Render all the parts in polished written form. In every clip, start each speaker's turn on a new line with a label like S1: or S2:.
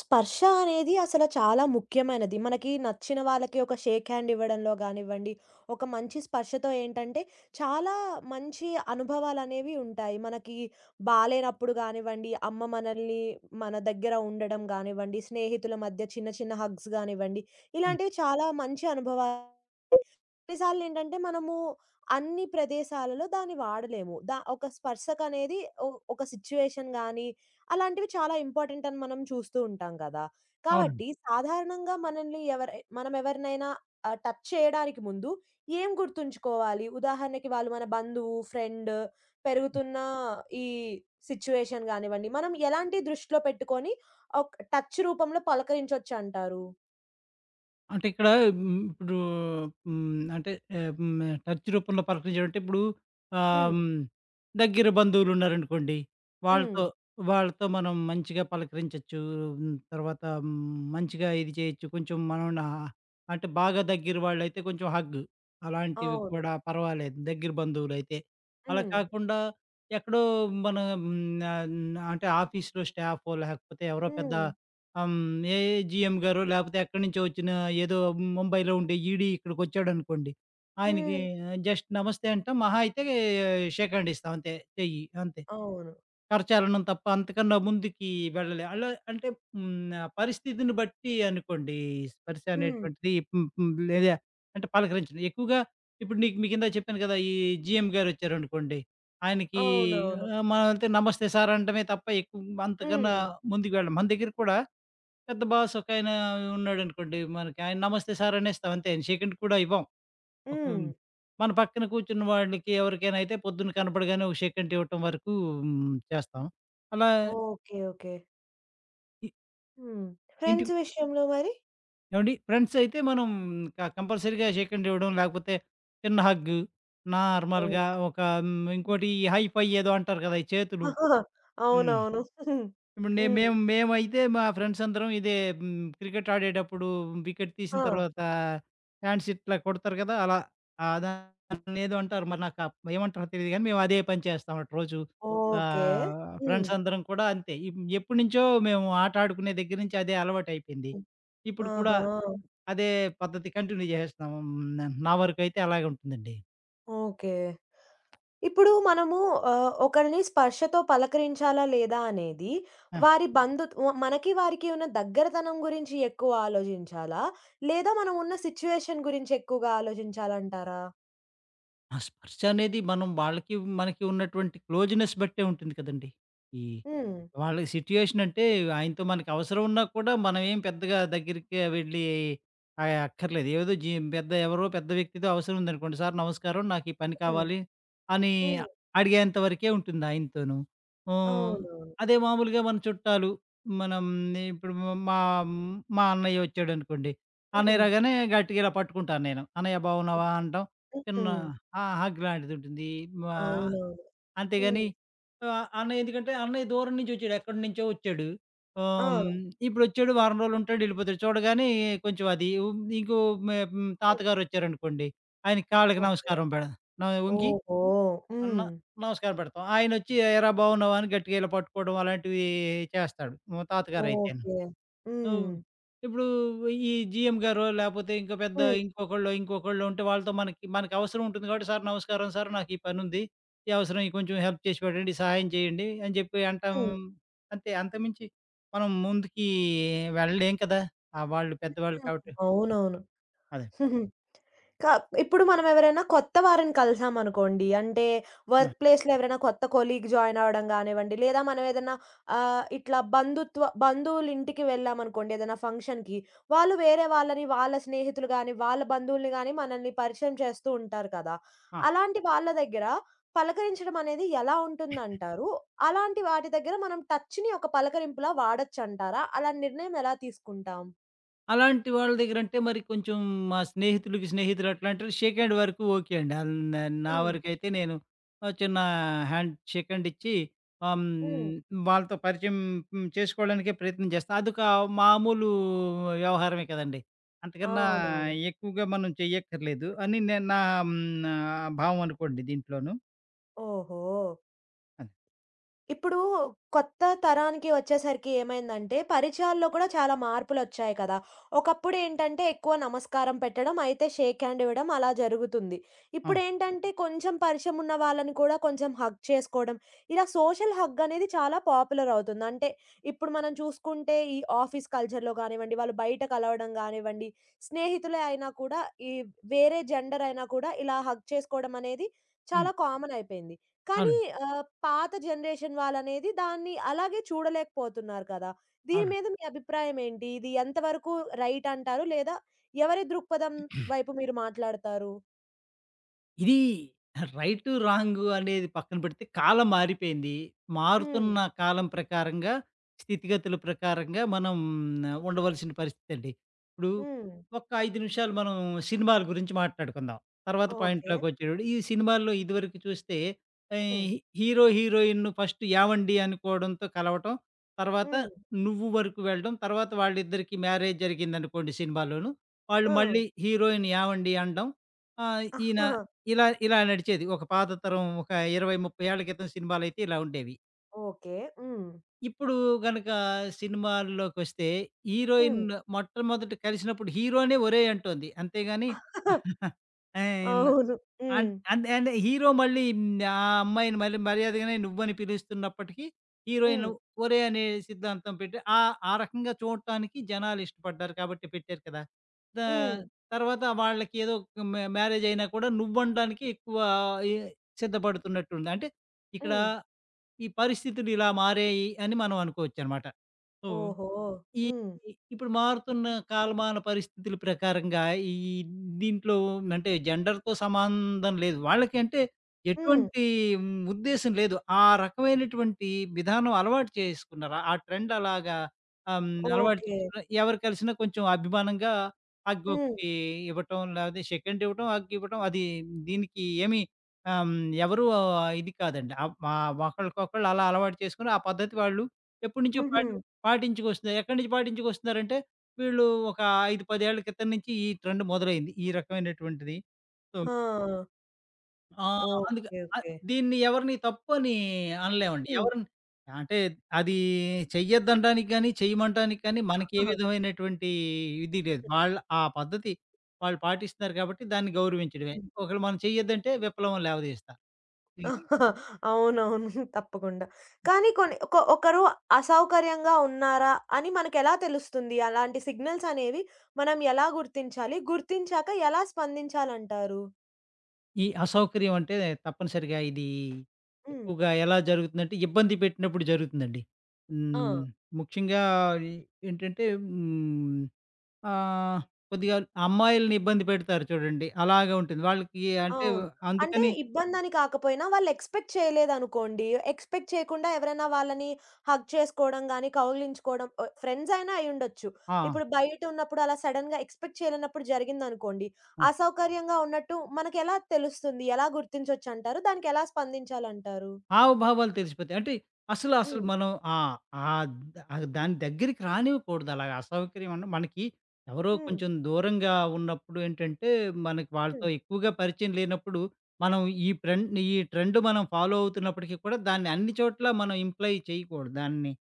S1: స్పర్శ అనేది అసల చాలా ముఖ్యమైనది. మనకి నచ్చిన వాళ్ళకి ఒక షేక్ హ్యాండ్ ఇవ్వడంలో గానివ్వండి, ఒక మంచి స్పర్శతో ఏంటంటే, చాలా మంచి అనుభవాలనేవి ఉంటాయి. మనకి బాలేనప్పుడు గానివ్వండి, అమ్మ మనల్ని మన దగ్గర ఉండడం గానివ్వండి, స్నేహితుల మధ్య చిన్న చిన్న హగ్స్ గానివ్వండి,
S2: హ్మ్.
S1: ఇలాంటివి చాలా మంచి అనుభవాలు. కొన్నిసార్లు ఏంటంటే మనము అన్ని ప్రదేశాలలో దాన్ని వాడలేము. ఒక స్పర్శకనేది ఒ ఒక సిట్యుయేషన్ గాని, అలాంటివి చాలా ఇంపార్టెంట్ అని మనం చూస్తూ ఉంటాం కదా!
S2: అవునండి.
S1: కాబట్టి సాధారణంగా మనల్ని ఎవరై మనం ఎవరినైనా టచ్ చేయడానికి ముందు ఏం గుర్తుంచుకోవాలి? ఉదాహరణకి వాళ్ళు మన బంధువు, ఫ్రెండ్,
S2: హ్మ్.
S1: పెరుగుతున్న ఈ సిట్యుయేషన్ గానివ్వండి, మనం ఎలాంటి దృష్టిలో పెట్టుకొని ఒక టచ్ రూపంలో పలకరించొచ్చంటారు?
S2: అంటే ఇక్కడ హ్మ్, ఇప్పుడు హ్మ్, అంటే ఆహ్, హ్మ్, టచ్ రూపంలో పలకరించడం అంటే ఆహ్,
S1: హ్మ్.
S2: హ్మ్, దగ్గర బంధువులున్నారనుకోండి,
S1: హ్మ్.
S2: వాళ్ళతో వాళ్ళతో మనం మంచిగా పలకరించొచ్చు. తర్వాత మంచిగా ఇది చేయొచ్చు. కొంచెం మనం నా అంటే బాగా దగ్గర వాళ్ళైతే కొంచెం హగ్గు. అలాంటివి
S1: అవును.
S2: కూడా పర్వాలేదు దగ్గర బంధువులైతే. అలా
S1: హ్మ్.
S2: కాకుండా ఎక్కడో మన హ్మ్, ఆహ్, అంటే ఆఫీస్‌లో స్టాఫో లేకపోతే ఎవరో పెద్ద
S1: హ్మ్.
S2: ఆహ్, హ్మ్. ఏజీఎం గారో లేపోతే ఎక్కడి నుంచో వచ్చిన ఏదో ముంబైలో ఉండే ఈడీ ఇక్కడికొచ్చాడనుకోండి. ఆయనకి
S1: హ్మ్.
S2: జస్ట్ నమస్తే అంటాం. మహా అయితే షేక్ హ్యాండ్ ఇస్తాం అంతే. చెయ్యి అంతే.
S1: అవును.
S2: కరచాలనం తప్ప అంతకన్నా ముందుకి వెళ్ళలే. అలా అంటే హ్మ్. ఆ పరిస్థితిని బట్టి అనుకోండి. స్పర్శ
S1: హ్మ్.
S2: అనేటువంటిది హ్మ్. హ్మ్. లేదా అంటే పలకరించడం. ఎక్కువగా ఇప్పుడు నీకు మీ కింద చెప్పాను కదా! ఈ జీఎం గారొచ్చారనుకోండి. ఆయనకి
S1: అవునవును.
S2: మనం అంతే నమస్తే సార్ అనటమే తప్ప అంతకన్నా
S1: హ్మ్.
S2: ముందుకు వెళ్ళం. మన దగ్గర కూడా పెద్ద బాస్ ఒకాయన ఉన్నాడనుకోండి, మనకి ఆయన నమస్తే సార్ అనేస్తాం అంతే. షేకండ్ కూడా ఇవ్వం. ఒక
S1: హ్మ్.
S2: మన పక్కన కూర్చున్న వాళ్ళకి ఎవరికైనా అయితే పొద్దున్న కనపడగానే ఒక షేకండ్ ఇవ్వటం వరకు చేస్తాం. అలా
S1: ఓకే. ఓకే.
S2: ఇ
S1: హ్మ్.
S2: ఇంటి
S1: ఫ్రెండ్స్ విషయంలో మరి?
S2: ఏవండీ ఫ్రెండ్స్ అయితే మనం కంపల్సరీగా షేకండ్ ఇవ్వడం, లేకపోతే చిన్న హగ్గు,
S1: హ్మ్.
S2: నార్మల్‌గా
S1: హ్మ్.
S2: ఇంకోటి హై ఫై ఏదో అంటారు కదా! ఈ చేతులు. హ్మ్.
S1: అవునవును.
S2: ఇప్పుడు నే
S1: హ్మ్.
S2: మేము మేమైతే మా ఫ్రెండ్స్ అందరం ఇదే క్రికెట్ ఆడేటప్పుడు వికెట్ తీసిన
S1: ఆ!
S2: తర్వాత హ్యాండ్స్ ఇట్లా కొడతారు కదా! అలా దాన్నేదో అంటారు మరి నాకు ఏమంటారో తెలీదు గానీ మేము అదే పని చేస్తామట రోజు.
S1: ఓకే. హ్మ్.
S2: ఫ్రెండ్స్ అందరం కూడా అంతే. ఎప్పటినుంచో మేము ఆట ఆడుకునే దగ్గర నుంచి అదే అలవాటయిపోయింది.
S1: హ్మ్.
S2: ఇప్పుడు కూడా
S1: ఆహా!
S2: అదే పద్ధతి కంటిన్యూ చేసేస్తున్నాం. నా వరకైతే అలాగే ఉంటుందండి.
S1: ఓకే. ఇప్పుడు మనము ఒకరిని స్పర్శతో పలకరించాలా లేదా అనేది
S2: ఆ!
S1: వారి బంధుత్వ మనకి వారికి ఉన్న దగ్గరతనం గురించి ఎక్కువ ఆలోచించాలా? లేదా మనం ఉన్న సిట్యుయేషన్ గురించి ఎక్కువగా ఆలోచించాలంటారా?
S2: ఆ స్పర్శ అనేది మనం వాళ్ళకి, మనకి ఉన్నటువంటి క్లోజ్‌నెస్ బట్టే ఉంటుంది కదండీ! ఈ
S1: హ్మ్.
S2: వాళ్ళ సిట్యుయేషన్ అంటే ఆయనతో మనకి అవసరం ఉన్నా కూడా మనం ఏం పెద్దగా దగ్గరికి వెళ్ళి అక్కర్లేదు. ఏదో జీ పెద్ద ఎవరో పెద్ద వ్యక్తితో అవసరం ఉందనుకోండి, "సార్ నమస్కారం. నాకు ఈ పని
S1: హ్మ్.
S2: కావాలి" అని
S1: హ్మ్.
S2: అడిగేంత వరకే ఉంటుంది ఆయనతోను. హ్మ్.
S1: అవునవును.
S2: అదే మామూలుగా మన చుట్టాలు, మనం ఇప్పుడు మా మా అన్నయ్య వచ్చాడనుకోండి, అన్నయ్య
S1: హ్మ్.
S2: రాగానే గట్టిగా ఇలా పట్టుకుంటాను నేను. "అన్నయ్య బాగున్నావా?" అంటాం. చిన్న
S1: హ్మ్.
S2: ఆ! హగ్ లాంటిదుంటుంది. మా
S1: అవునవును. హ్మ్.
S2: అంతేగాని అన్నయ్య ఎందుకంటే అన్నయ్య దూరం నుంచి వచ్చాడు. ఎక్కడి నుంచో వచ్చాడు.
S1: ఆ!
S2: ఆహ్, హ్మ్. ఇప్పుడొచ్చాడు వారం రోజులుంటాడు ఎళ్ళిపోతాడు. చూడగానే కొంచెం అది ఉం ఇంకో మె హ్మ్.
S1: హ్మ్.
S2: తాతగారొచ్చారనుకోండి. ఆయన కాళ్ళకి
S1: ఓకే.
S2: నమస్కారం పెడ న వంగి
S1: ఓహో!
S2: అన్న
S1: హ్మ్.
S2: నమస్కారం పెడతాం. ఆయనొచ్చి "ఏరా బాగున్నావా?" అని గట్టిగా ఇలా పట్టుకోవడం అలాంటివి చేస్తాడు. మా తాతగారైతేను.
S1: ఓకే.
S2: ఓహ్!
S1: హ్మ్.
S2: ఇప్పుడు ఈ
S1: హ్మ్.
S2: జీఎం గారో, లేపోతే ఇంకో పెద్ద
S1: హ్మ్.
S2: ఇంకొకళ్ళో ఉంటే వాళ్ళతో మనకవసరం ఉంటుంది కాబట్టి, "సార్ నమస్కారం సార్, నాకు ఈ పనుంది. ఈ అవసరం ఈ కొంచెం హెల్ప్ చేసి పెట్టండి, సహాయం చేయండి" అని చెప్పి అంటాం.
S1: హ్మ్.
S2: అంతే అంతకుమించి మనం ముందుకి వెళ్ళలేం కదా! వాళ్ళు పెద్దవాళ్ళు
S1: హ్మ్.
S2: కాబట్టి.
S1: అవునవును.
S2: అదే.
S1: క ఇప్పుడు మనం ఎవరైనా కొత్త వారిని కలిసామనుకోండి. అంటే
S2: ఆ!
S1: వర్క్ ప్లేస్‌లో ఎవరైనా కొత్త కొలీగ్ జాయిన్ అవ్వడం గానివ్వండి, లేదా మనం ఏదన్నా ఇట్లా బంధువులు ఇంటికి వెళ్ళామనుకోండి ఏదైనా ఫంక్షన్‌కి, వాళ్ళు వేరే వాళ్ళని వాళ్ళ స్నేహితులు గాని, వాళ్ళ బంధువుల్ని గాని మనల్ని పరిచయం చేస్తూ ఉంటారు కదా!
S2: ఆ!
S1: అలాంటి వాళ్ళ దగ్గర పలకరించడం అనేది ఎలా ఉంటుందంటారు? అలాంటి వాటి దగ్గర మనం టచ్‌ని ఒక పలకరింపులా వాడొచ్చంటారా? అలాంటి నిర్ణయం ఎలా తీసుకుంటాం?
S2: అలాంటి వాళ్ళ దగ్గరంటే మరి కొంచెం మా స్నేహితులకి స్నేహితులు అట్లాంటి షేక్ హ్యాండ్ వరకు ఓకే అండి. ఆల్ న నా
S1: హ్మ్.
S2: వరకైతే నేను చిన్న షేక్ హ్యాండ్ ఇచ్చి
S1: హ్మ్.
S2: వాళ్ళతో పరిచయం చేసుకోవడానికే ప్రయత్నం చేస్తా. అదొక మామూలు వ్యవహారమే కదండీ. అంతకన్నా
S1: అవునవును.
S2: ఎక్కువగా మనం చెయ్యక్కర్లేదు అని నేను నా హ్మ్, నా భావం అనుకోండి దీంట్లోను.
S1: ఓహో!
S2: అది.
S1: ఇప్పుడు కొత్త తరానికి వచ్చేసరికి ఏమైందంటే, పరిచయాల్లో కూడా చాలా మార్పులొచ్చాయి కదా! ఒకప్పుడేంటంటే, ఎక్కువ నమస్కారం పెట్టడం, అయితే షేక్ హ్యాండ్ ఇవ్వడం అలా జరుగుతుంది.
S2: ఆ!
S1: ఇప్పుడేంటంటే, కొంచెం పరిచయం ఉన్న వాళ్ళని కూడా కొంచెం హగ్ చేసుకోవడం, ఇలా సోషల్ హగ్ అనేది చాలా పాపులర్ అవుతుంది. అంటే, ఇప్పుడు మనం చూసుకుంటే ఈ ఆఫీస్ కల్చర్‌లో కానివ్వండి, వాళ్ళు బయట కలవడం కానివ్వండి, స్నేహితులే అయినా కూడా, ఈ వేరే జెండర్ అయినా కూడా ఇలా హగ్ చేసుకోవడం అనేది చాలా
S2: హ్మ్.
S1: కామన్ అయిపోయింది. కానీ
S2: అవునండి.
S1: పాత జనరేషన్ వాళ్ళనేది దాన్ని అలాగే చూడలేకపోతున్నారు కదా! దీని
S2: అవునండి.
S1: మీద మీ అభిప్రాయం ఏంటి? ఇది ఎంతవరకు రైట్ అంటారు? లేదా ఎవరి దృక్పథం వైపు మీరు మాట్లాడతారు?
S2: ఇది రైటు, రాంగు అనేది పక్కన పెడితే కాలం మారిపోయింది.
S1: హ్మ్.
S2: మారుతున్న కాలం ప్రకారంగా, స్థితిగతుల ప్రకారంగా మనం ఉండవలసిన పరిస్థితండి. ఇప్పుడు
S1: హ్మ్.
S2: ఒక్క 5 నిమిషాలు మనం సినిమాల గురించి మాట్లాడుకుందాం. తర్వాత
S1: ఓకే.
S2: పాయింట్‌లోకొచ్చేటప్పుడు ఈ సినిమాల్లో ఇదివరకు చూస్తే ఆహ్,
S1: హ్మ్.
S2: హి హీరో, హీరోయిన్‌ను ఫస్ట్ ఏవండి అనుకోవడంతో కలవటం. తర్వాత
S1: హ్మ్.
S2: నువ్వు వరకు వెళ్ళడం. తర్వాత వాళ్ళిద్దరికీ మ్యారేజ్ జరిగిందనుకోండి సినిమాలోను.
S1: ఆ!
S2: వాళ్ళు మళ్ళీ హీరోయిన్ ఏవండి అనడం. ఈయన
S1: ఆహా,
S2: ఇలా ఇలా నడిచేది. ఒక పాత తరం ఒక 20, 30 ఏళ్ల క్రితం సినిమాలైతే ఇలా ఉండేవి.
S1: ఓకే. హ్మ్.
S2: ఇప్పుడు గనక సినిమాల్లోకొస్తే హీరోయిన్
S1: హ్మ్.
S2: మొట్టమొదట కలిసినప్పుడు హీరోనే ఒరేయ్ అంటోంది. అంతేగాని ఆయన
S1: అవును.
S2: అన్
S1: హ్మ్.
S2: అంటే అంటే హీరో మళ్ళీ ఆ అమ్మాయిని మళ్ళీ మర్యాదగానే నువ్వని పిలుస్తున్నప్పటికీ, హీరోయిన్
S1: హ్మ్.
S2: ఒరే అనే సిద్ధాంతం పెట్టి ఆ ఆ రకంగా చూడటానికి జనాలు ఇష్టపడ్డారు కాబట్టి పెట్టారు కదా! త
S1: హ్మ్.
S2: తర్వాత వాళ్ళకి ఏదో మ్యారేజ్ అయినా కూడా నువ్వనడానికి ఎక్కువ ఎ సిద్ధపడుతున్నట్టుంది. అంటే ఇక్కడ
S1: హ్మ్.
S2: ఈ పరిస్థితులు ఇలా మారాయి అని మనం అనుకోవచ్చనమాట. సో
S1: ఓహో!
S2: ఈ
S1: హ్మ్.
S2: ఇప్పుడు మారుతున్న కాలమాన పరిస్థితుల ప్రకారంగా ఈ దీంట్లో అంటే జెండర్‌తో సంబంధం లేదు. వాళ్ళకి అంటే
S1: హ్మ్.
S2: ఎటువంటి ఉద్దేశ్యం లేదు. ఆ రకమైనటువంటి విధానం అలవాటు చేసుకున్నారు. ఆ ట్రెండ్ అలాగా ఆహ్, అలవాటు
S1: ఓకే.
S2: చేసుకున్నారు. ఎవరు కలిసినా కొంచెం అభిమానంగా హగ్
S1: హ్మ్.
S2: ఒకటి ఇవ్వటం, లేకపోతే షేక్ హ్యాండ్ ఇవ్వటం, హగ్ ఇవ్వటం అది దీనికి ఏమి ఆహ్, ఎవరు ఇది కాదండి. ఒకళ్ళకొకళ్ళు అలా అలవాటు చేసుకొని ఆ పద్ధతి వాళ్ళు ఎప్పటినుంచో
S1: హుహు.
S2: పాటించుకొస్తున్నారు. ఎక్కడి నుంచి పాటించుకొస్తున్నారంటే, వీళ్ళు ఒక 5, 10 ఏళ్ల క్రితం నుంచి ఈ ట్రెండ్ మొదలైంది. ఈ రకమైనటువంటిది. సో,
S1: ఆ!
S2: అందుకే
S1: ఓకే. ఓకే.
S2: దీన్ని ఎవరిని తప్పని అనలేమండి.
S1: హ్మ్.
S2: ఎవరిని అంటే అది చెయ్యొద్దనడానికి గాని, చెయ్యమంటానికి కానీ మనకి ఏ విధమైనటువంటి ఇది లేదు. వాళ్ళ ఆ పద్ధతి వాళ్ళు పాటిస్తున్నారు కాబట్టి దాన్ని గౌరవించడమే. ఒకవేళ మనం చెయ్యొద్దంటే విప్లవం లేవదీస్తారు.
S1: అవునవును. తప్పకుండా. కానీ కొన్ని ఒకరు అసౌకర్యంగా ఉన్నారా అని మనకెలా తెలుస్తుంది? అలాంటి సిగ్నల్స్ అనేవి మనం ఎలా గుర్తించాలి? గుర్తించాక ఎలా స్పందించాలంటారు?
S2: ఈ అసౌకర్యం అంటే తప్పనిసరిగా ఇది
S1: హ్మ్.
S2: ఎక్కువగా ఎలా జరుగుతుందంటే, ఇబ్బంది పెట్టినప్పుడు జరుగుతుందండి.
S1: ఆ!
S2: హ్మ్. ముఖ్యంగా ఈ- ఏంటంటే హ్మ్. ఆహ్, కొద్దిగా అమ్మాయిల్ని ఇబ్బంది పెడతారు చూడండి. అలాగా ఉంటుంది. వాళ్ళకి అంటే
S1: అవును. అంటే
S2: అందుకని
S1: ఇబ్బందని కాకపోయినా వాళ్ళు ఎక్స్‌పెక్ట్ చేయలేదనుకోండి. ఎక్స్‌పెక్ట్ చేయకుండా ఎవరైనా వాళ్ళని హగ్ చేసుకోవడం గాని, కౌగిలించుకోవడం, ఫ్రెండ్స్ అయినా అయ్యుండొచ్చు.
S2: ఆ!
S1: ఇప్పుడు బయట ఉన్నప్పుడు అలా సడెన్‌గా ఎక్స్‌పెక్ట్ చేయలేనప్పుడు జరిగిందనుకోండి. అసౌకర్యంగా ఉన్నట్టు మనకెలా తెలుస్తుంది? ఎలా గుర్తించొచ్చంటారు? దానికెలా స్పందించాలంటారు?
S2: హావభావాలు తెలిసిపోతాయి. అంటే అసలు
S1: హ్మ్.
S2: మనం ఆహ్, ఆహ్, ఆహ్, దాని దగ్గరికి రానివ్వకూడదు. అలాగ అసౌకర్యం అన్న మనకి ఎవరో
S1: హ్మ్.
S2: కొంచెం దూరంగా ఉన్నప్పుడు ఏంటంటే, మనకి వాళ్ళతో
S1: హ్మ్.
S2: ఎక్కువగా పరిచయం లేనప్పుడు, మనం ఈ ట్రెండ్ మనం ఫాలో అవుతున్నప్పటికీ కూడా దాన్ని అన్ని చోట్ల మనం ఇంప్లై చేయకూడదు. దాన్ని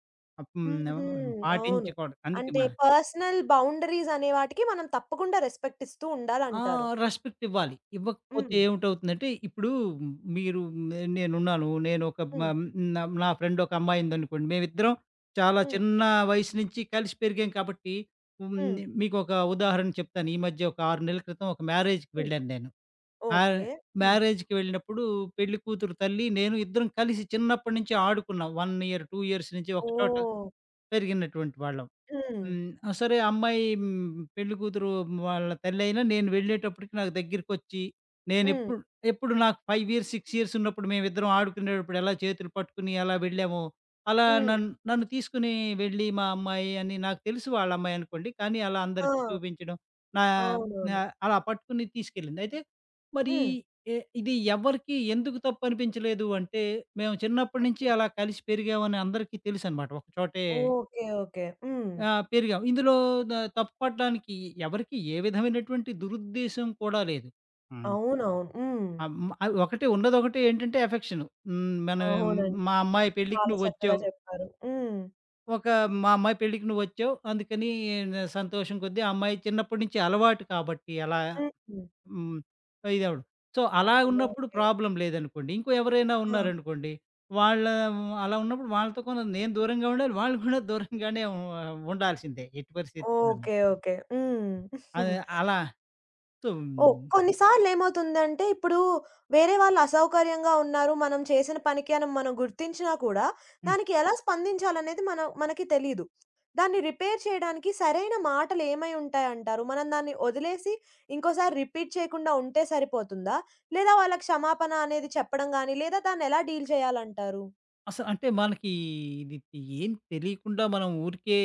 S2: ఆహ్,
S1: హుహు.
S2: హ్మ్.
S1: అవును.
S2: పాటించకూడదు. అందుకే
S1: అంటే
S2: మ
S1: పర్సనల్ బౌండరీస్ అనే వాటికి మనం తప్పకుండా రెస్పెక్ట్ ఇస్తూ
S2: ఆ!
S1: ఉండాలంటారు.
S2: రెస్పెక్ట్ ఇవ్వాలి. ఇవ్వకపోతే
S1: హ్మ్.
S2: ఏమిటవుతుందంటే, ఇప్పుడు మీరు నేనున్నాను. నేనొక మ
S1: హ్మ్.
S2: నా నా ఫ్రెండ్ ఒక అమ్మాయి ఉందనుకోండి. మేమిద్దరం చాలా
S1: హ్మ్.
S2: చిన్న వయసు నుంచి కలిసి పెరిగాం కాబట్టి, హ్మ్.
S1: హ్మ్.
S2: మీకొక ఉదాహరణ చెప్తాను. ఈ మధ్య ఒక 6 నెలల క్రితం ఒక మ్యారేజ్‌కి
S1: హ్మ్.
S2: వెళ్ళాను నేను. మ్యా
S1: ఓకే. హ్మ్.
S2: మ్యారేజ్‌కి వెళ్ళినప్పుడు పెళ్లి కూతురు తల్లి, నేను ఇద్దరం కలిసి చిన్నప్పటి నుంచి ఆడుకున్నాం. 1 ఇయర్, 2 ఇయర్స్ నుంచి ఒకచోట
S1: ఓహ్!
S2: పెరిగినటువంటి వాళ్ళం.
S1: హ్మ్.
S2: హ్మ్. ఆ! సరే అమ్మాయి హ్మ్. పెళ్లి కూతురు వాళ్ళ తల్లయినా నేను వెళ్ళేటప్పటికి నాకు దగ్గరికొచ్చి,
S1: హ్మ్.
S2: నేనెప్పుడు ఎప్పుడు ఎప్పుడు నాకు 5 ఇయర్స్, 6 ఇయర్స్ ఉన్నప్పుడు మేమిద్దరం ఆడుకునేటప్పుడు ఎలా చేతులు పట్టుకుని ఎలా వెళ్ళామో, అలా
S1: హ్మ్.
S2: నన్ను నన్ను తీసుకొని వెళ్ళి మా అమ్మాయి అని నాకు తెలుసు వాళ్ళ అమ్మాయనుకోండి. కానీ అలా
S1: ఆ!
S2: అందరికీ చూపించడం నా నా
S1: అవునవును.
S2: అలా పట్టుకుని తీసుకెళ్ళింది. అయితే మరి
S1: హ్మ్.
S2: ఇది ఎవరికీ ఎందుకు తప్పనిపించలేదు అంటే, మేము చిన్నప్పటి నుంచి అలా కలిసి పెరిగామని అందరికీ తెలుసనమాట. ఒక చోటే
S1: ఓకే. ఓకే. హ్మ్.
S2: పెరిగాం. ఇందులో తప్పుపడడానికి ఎవరికీ ఏ విధమైనటువంటి దురుద్దేశ్యం కూడా లేదు. హ్మ్.
S1: అవునవును. హ్మ్.
S2: ఒకటే ఏంటంటే ఎఫెక్షను. మనం
S1: అవునండి.
S2: మా అమ్మాయి పెళ్ళికి
S1: చాలా చక్కగా
S2: నువ్వొచ్చావు.
S1: చెప్పారు. హ్మ్.
S2: ఒక మా అమ్మాయి పెళ్ళికి నువ్వొచ్చావు. అందుకని సంతోషం కొద్దీ ఆ అమ్మాయి చిన్నప్పటి నుంచి అలవాటు కాబట్టి అలా
S1: హ్మ్.
S2: హ్మ్. ఇదవడం. సో, అలా ఉన్నప్పుడు
S1: ఓకే.
S2: ప్రాబ్లమ్ లేదనుకోండి. ఇంకో ఎవరైనా
S1: ఆ!
S2: ఉన్నారనుకోండి. వాళ్ళ అలా ఉన్నప్పుడు వాళ్ళతో కూడా నేను దూరంగా ఉండాలి. వాళ్ళు కూడా దూరంగానే ఉండాల్సిందే ఎట్టి పరిస్థితుల్లోనూ.
S1: ఓకే. ఓకే. హ్మ్.
S2: అదే అలా సో,
S1: ఓహ్!
S2: హ్మ్.
S1: కొన్నిసార్లు ఏమవుతుందంటే, ఇప్పుడు వేరే వాళ్ళు అసౌకర్యంగా ఉన్నారు. మనం చేసిన పనికి అని మనం గుర్తించినా కూడా, దానికి ఎలా స్పందించాలనేది మనకి తెలీదు. దాన్ని రిపేర్ చేయడానికి సరైన మాటలు ఏమై ఉంటాయంటారు? మనం దాన్ని వదిలేసి ఇంకోసారి రిపీట్ చేయకుండా ఉంటే సరిపోతుందా? లేదా వాళ్ళకి క్షమాపణ అనేది చెప్పడం గాని, లేదా దాన్ని ఎలా డీల్ చేయాలంటారు?
S2: అసలు అంటే మనకి ఇది ఏం తెలియకుండా మనం ఊరికే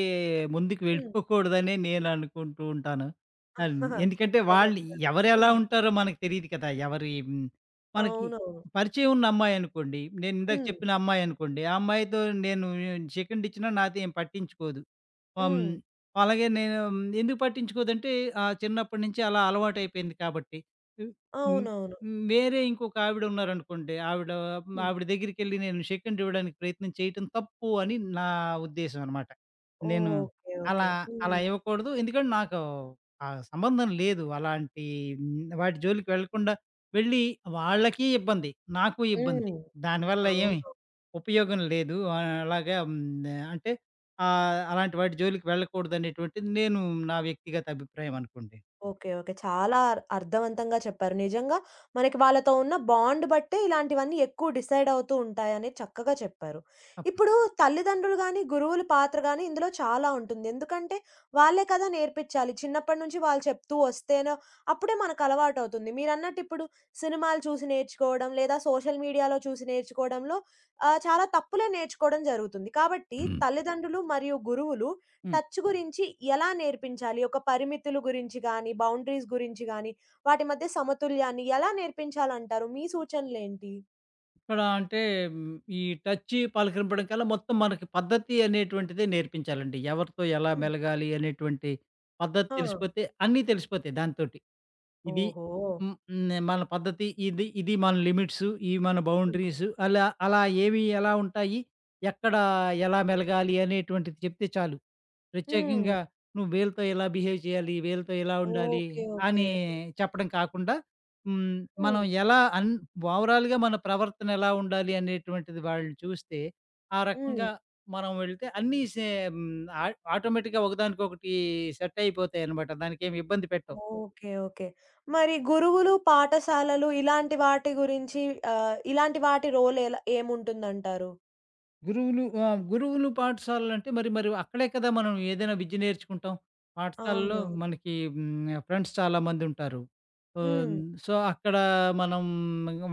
S2: ముందుకు
S1: హ్మ్.
S2: వెళ్ళిపోకూడదనే నేను అనుకుంటూ ఉంటాను. ఆహ్, ఎందుకంటే
S1: చక్కగా చెప్పారు.
S2: ఎవరు ఎలా
S1: హ్మ్.
S2: ఉంటారో మనకు తెలీదు కదా! మనకి
S1: అవునవును.
S2: పరిచయం ఉన్న అమ్మాయి అనుకోండి, నేను ఇందాక
S1: హ్మ్.
S2: చెప్పిన అమ్మాయి అనుకోండి, ఆ అమ్మాయితో నేను సెకండ్ ఇచ్చినా నాతో ఏం పట్టించుకోదు. హ్మ్,
S1: హ్మ్.
S2: అలాగే నేను ఎందుకు పట్టించుకోదంటే చిన్నప్పటి నుంచి అలా అలవాటైపోయింది కాబట్టి. హ్మ్.
S1: అవునవును.
S2: హ్మ్. వేరే ఇంకొక ఆవిడున్నారనుకోండి. ఆవిడ
S1: హ్మ్.
S2: ఆవిడ దగ్గరికెళ్ళి నేను షేక్ హ్యాండ్ ఇవ్వడానికి ప్రయత్నం చేయటం తప్పు అని నా ఉద్దేశం అనమాట. నేను
S1: ఓకే. ఓకే.
S2: అలా, అలా
S1: హ్మ్.
S2: ఇవ్వకూడదు. ఎందుకంటే నాకు ఆ సంబంధం లేదు. అలాంటి వాటి జోలికి వెళ్ళి వాళ్ళకి ఇబ్బంది. నాకు ఇబ్బంది.
S1: హ్మ్.
S2: దానివల్ల ఏమి
S1: అవును.
S2: ఉపయోగం లేదు. ఆహ్, అలాగా హ్మ్. అంటే ఆహ్, అలాంటి వాటి జోలికి వెళ్ళకూడదనేటువంటిది నేను నా వ్యక్తిగత అభిప్రాయం అనుకోండి.
S1: ఓకే. ఓకే. చాలా అర్థవంతంగా చెప్పారు. నిజంగా మనకి వాళ్ళతో ఉన్న బాండ్ బట్టే ఇలాంటివన్నీ ఎక్కువ డిసైడ్ అవుతూ ఉంటాయని చక్కగా చెప్పారు.
S2: తప్
S1: ఇప్పుడు తల్లిదండ్రులు గాని, గురువుల పాత్ర గాని ఇందులో చాలా ఉంటుంది. ఎందుకంటే వాళ్ళే కదా నేర్పించాలి. చిన్నప్పటి నుంచి వాళ్ళు చెప్తూ వస్తేనే అప్పుడే మనకు అలవాటవుతుంది. మీరన్నట్టు ఇప్పుడు సినిమాలు చూసి నేర్చుకోవడం లేదా సోషల్ మీడియాలో చూసి నేర్చుకోవడంలో చాలా తప్పులే నేర్చుకోవడం జరుగుతుంది. కాబట్టి
S2: హ్మ్.
S1: తల్లిదండ్రులు మరియు గురువులు టచ్ గురించి ఎలా నేర్పించాలి? ఒక పరిమితుల గురించి గాని, బౌండరీస్ గురించి గాని, వాటి మధ్య సమతుల్యాన్ని ఎలా నేర్పించాలంటారు? మీ సూచనలేంటి?
S2: ఇక్కడ అంటే హ్మ్, ఈ టచ్చి, పలకరింపడం కల్లా మొత్తం మనకి పద్ధతి అనేటువంటిదే నేర్పించాలండి. ఎవరితో ఎలా
S1: హ్మ్.
S2: మెలగాలి అనేటువంటి పద్ధతి
S1: ఆ!
S2: తెలిసిపోతే అన్నీ తెలిసిపోతాయి దాంతోటి. ఇది
S1: ఓహో!
S2: హ్మ్, హ్మ్. మన పద్ధతి ఇది, ఇది మన లిమిట్సు, ఇవి మన
S1: హ్మ్.
S2: బౌండరీసు అలా అలా ఏవి ఎలా ఉంటాయి, ఎక్కడ ఎలా మెలగాలి అనేటువంటిది చెప్తే చాలు.
S1: హ్మ్.
S2: ప్రత్యేకంగా నువ్వు వీళ్ళతో ఇలా బిహేవ్ చేయాలి, వీళ్ళతో ఇలా ఉండాలి
S1: ఓకే. ఓకే.
S2: అని చెప్పడం కాకుండా, హ్మ్. మనం
S1: హ్మ్.
S2: ఎలా ఓవరాల్‌గా మన ప్రవర్తన ఎలా ఉండాలి అనేటువంటిది వాళ్ళని చూస్తే, ఆ
S1: హ్మ్.
S2: రకంగా మనం వెళ్తే అన్నీ సే హ్మ్. ఆ ఆటోమేటిక్‌గా ఒకదానికొకటి సెట్ అయిపోతాయన్నమాట. దానికేమి ఇబ్బంది పెట్టవు.
S1: ఓకే. ఓకే. మరి గురువులు, పాఠశాలలు ఇలాంటి వాటి గురించి ఇలాంటి వాటి రోల్ ఎలా ఏముంటుందంటారు?
S2: గురువులు గురువులు పాఠశాలలంటే మరి మరి అక్కడే కదా మనం ఏదైనా విద్య నేర్చుకుంటాం. పాఠశాలలో
S1: అవునవును.
S2: మనకి ఫ్రెండ్స్ చాలామందుంటారు. ఆహ్,
S1: హ్మ్.
S2: సో, అక్కడ మనం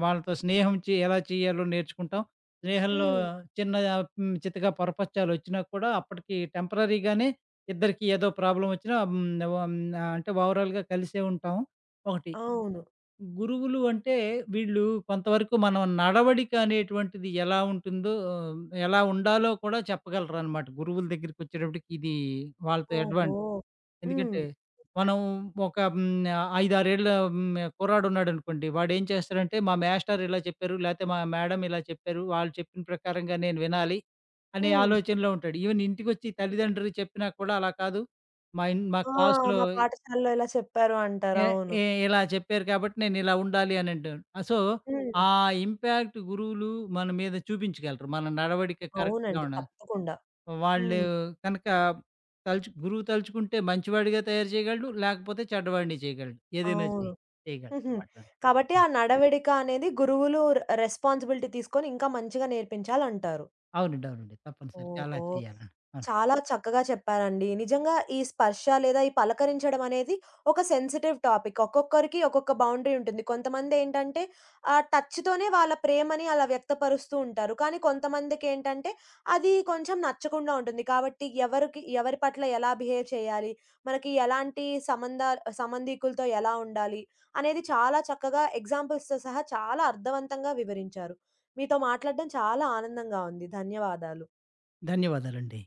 S2: వాళ్ళతో స్నేహం ఎలా చేయాలో నేర్చుకుంటాం. స్నేహంలో
S1: హ్మ్.
S2: చిన్న చితకా పొరపచ్చాలొచ్చినా కూడా అప్పటికి టెంపరరీగానే ఇద్దరికీ ఏదో ప్రాబ్లమొచ్చినా హ్మ్, వ అంటే ఓవరాల్‌గా కలిసే ఉంటాం ఒకటి.
S1: అవును.
S2: గురువులు అంటే వీళ్ళు కొంతవరకు మనం నడవడిక అనేటువంటిది ఎలా ఉంటుందో, ఎలా ఉండాలో కూడా చెప్పగలరనమాట. గురువుల దగ్గరికొచ్చేటప్పటికి ఇది వాళ్ళతో
S1: ఓహో! హ్మ్.
S2: ఎందుకంటే, మనం ఒక 5, 6 ఏళ్ల కుర్రాడున్నాడనుకోండి. వాడేం చేస్తాడంటే, మా మేస్టారు ఇలా చెప్పారు, లేతే మా మేడమ్ ఇలా చెప్పారు, వాళ్ళు చెప్పిన ప్రకారంగా నేను వినాలి అనే
S1: హ్మ్.
S2: ఆలోచనలో ఉంటాడు. ఈవెన్ ఇంటికొచ్చి తల్లిదండ్రులు చెప్పినా కూడా అలా కాదు. మా
S1: ఆ!
S2: క్లాస్‌లో
S1: మా పాఠశాలలో ఇలా చెప్పారు అంటారు.
S2: ఎ
S1: అవును.
S2: ఎ ఇలా చెప్పారు కాబట్టి నేనిలా ఉండాలి అనంటాను. సో,
S1: హ్మ్.
S2: ఆ ఇంపాక్ట్ గురువులు మన మీద చూపించగలరు. మన నడవడిక కరెక్ట్‌గా
S1: అవునండి.
S2: ఉండాలి.
S1: తప్పకుండా.
S2: వాళ్ళు
S1: హ్మ్.
S2: కనుక గురువు తలుచుకుంటే మంచివాడిగా తయారు చేయగలడు. లేకపోతే చెడ్డవాడిని చేయగలడు. ఏదైనా
S1: అవును.
S2: చేయి
S1: హుహు.
S2: చేయగలడనమాట.
S1: కాబట్టి ఆ
S2: హ్మ్.
S1: నడవడిక అనేది గురువులు రెస్పాన్సిబిలిటీ తీసుకొని ఇంకా మంచిగా నేర్పించాలంటారు.
S2: అవునండి. అవునండి. తప్పనిసరిగా అలా
S1: ఓహో!
S2: చేయాలండి. అవును.
S1: చాలా చక్కగా చెప్పారండి. నిజంగా ఈ స్పర్శ లేదా ఈ పలకరించడం అనేది ఒక సెన్సిటివ్ టాపిక్. ఒక్కొక్కరికి ఒక్కొక్క బౌండరీ ఉంటుంది. కొంతమందేంటంటే ఆ టచ్‌తోనే వాళ్ళ ప్రేమని అలా వ్యక్తపరుస్తూ ఉంటారు. కానీ కొంతమందికేంటంటే అది కొంచెం నచ్చకుండా ఉంటుంది. కాబట్టి ఎవరికి ఎవరి పట్ల ఎలా బిహేవ్ చేయాలి, మనకి ఎలాంటి సంబంధీకులతో ఎలా ఉండాలి అనేది చాలా చక్కగా ఎగ్జాంపుల్స్‌తో సహా చాలా అర్థవంతంగా వివరించారు. మీతో మాట్లాడడం చాలా ఆనందంగా ఉంది. ధన్యవాదాలు.
S2: ధన్యవాదాలండి.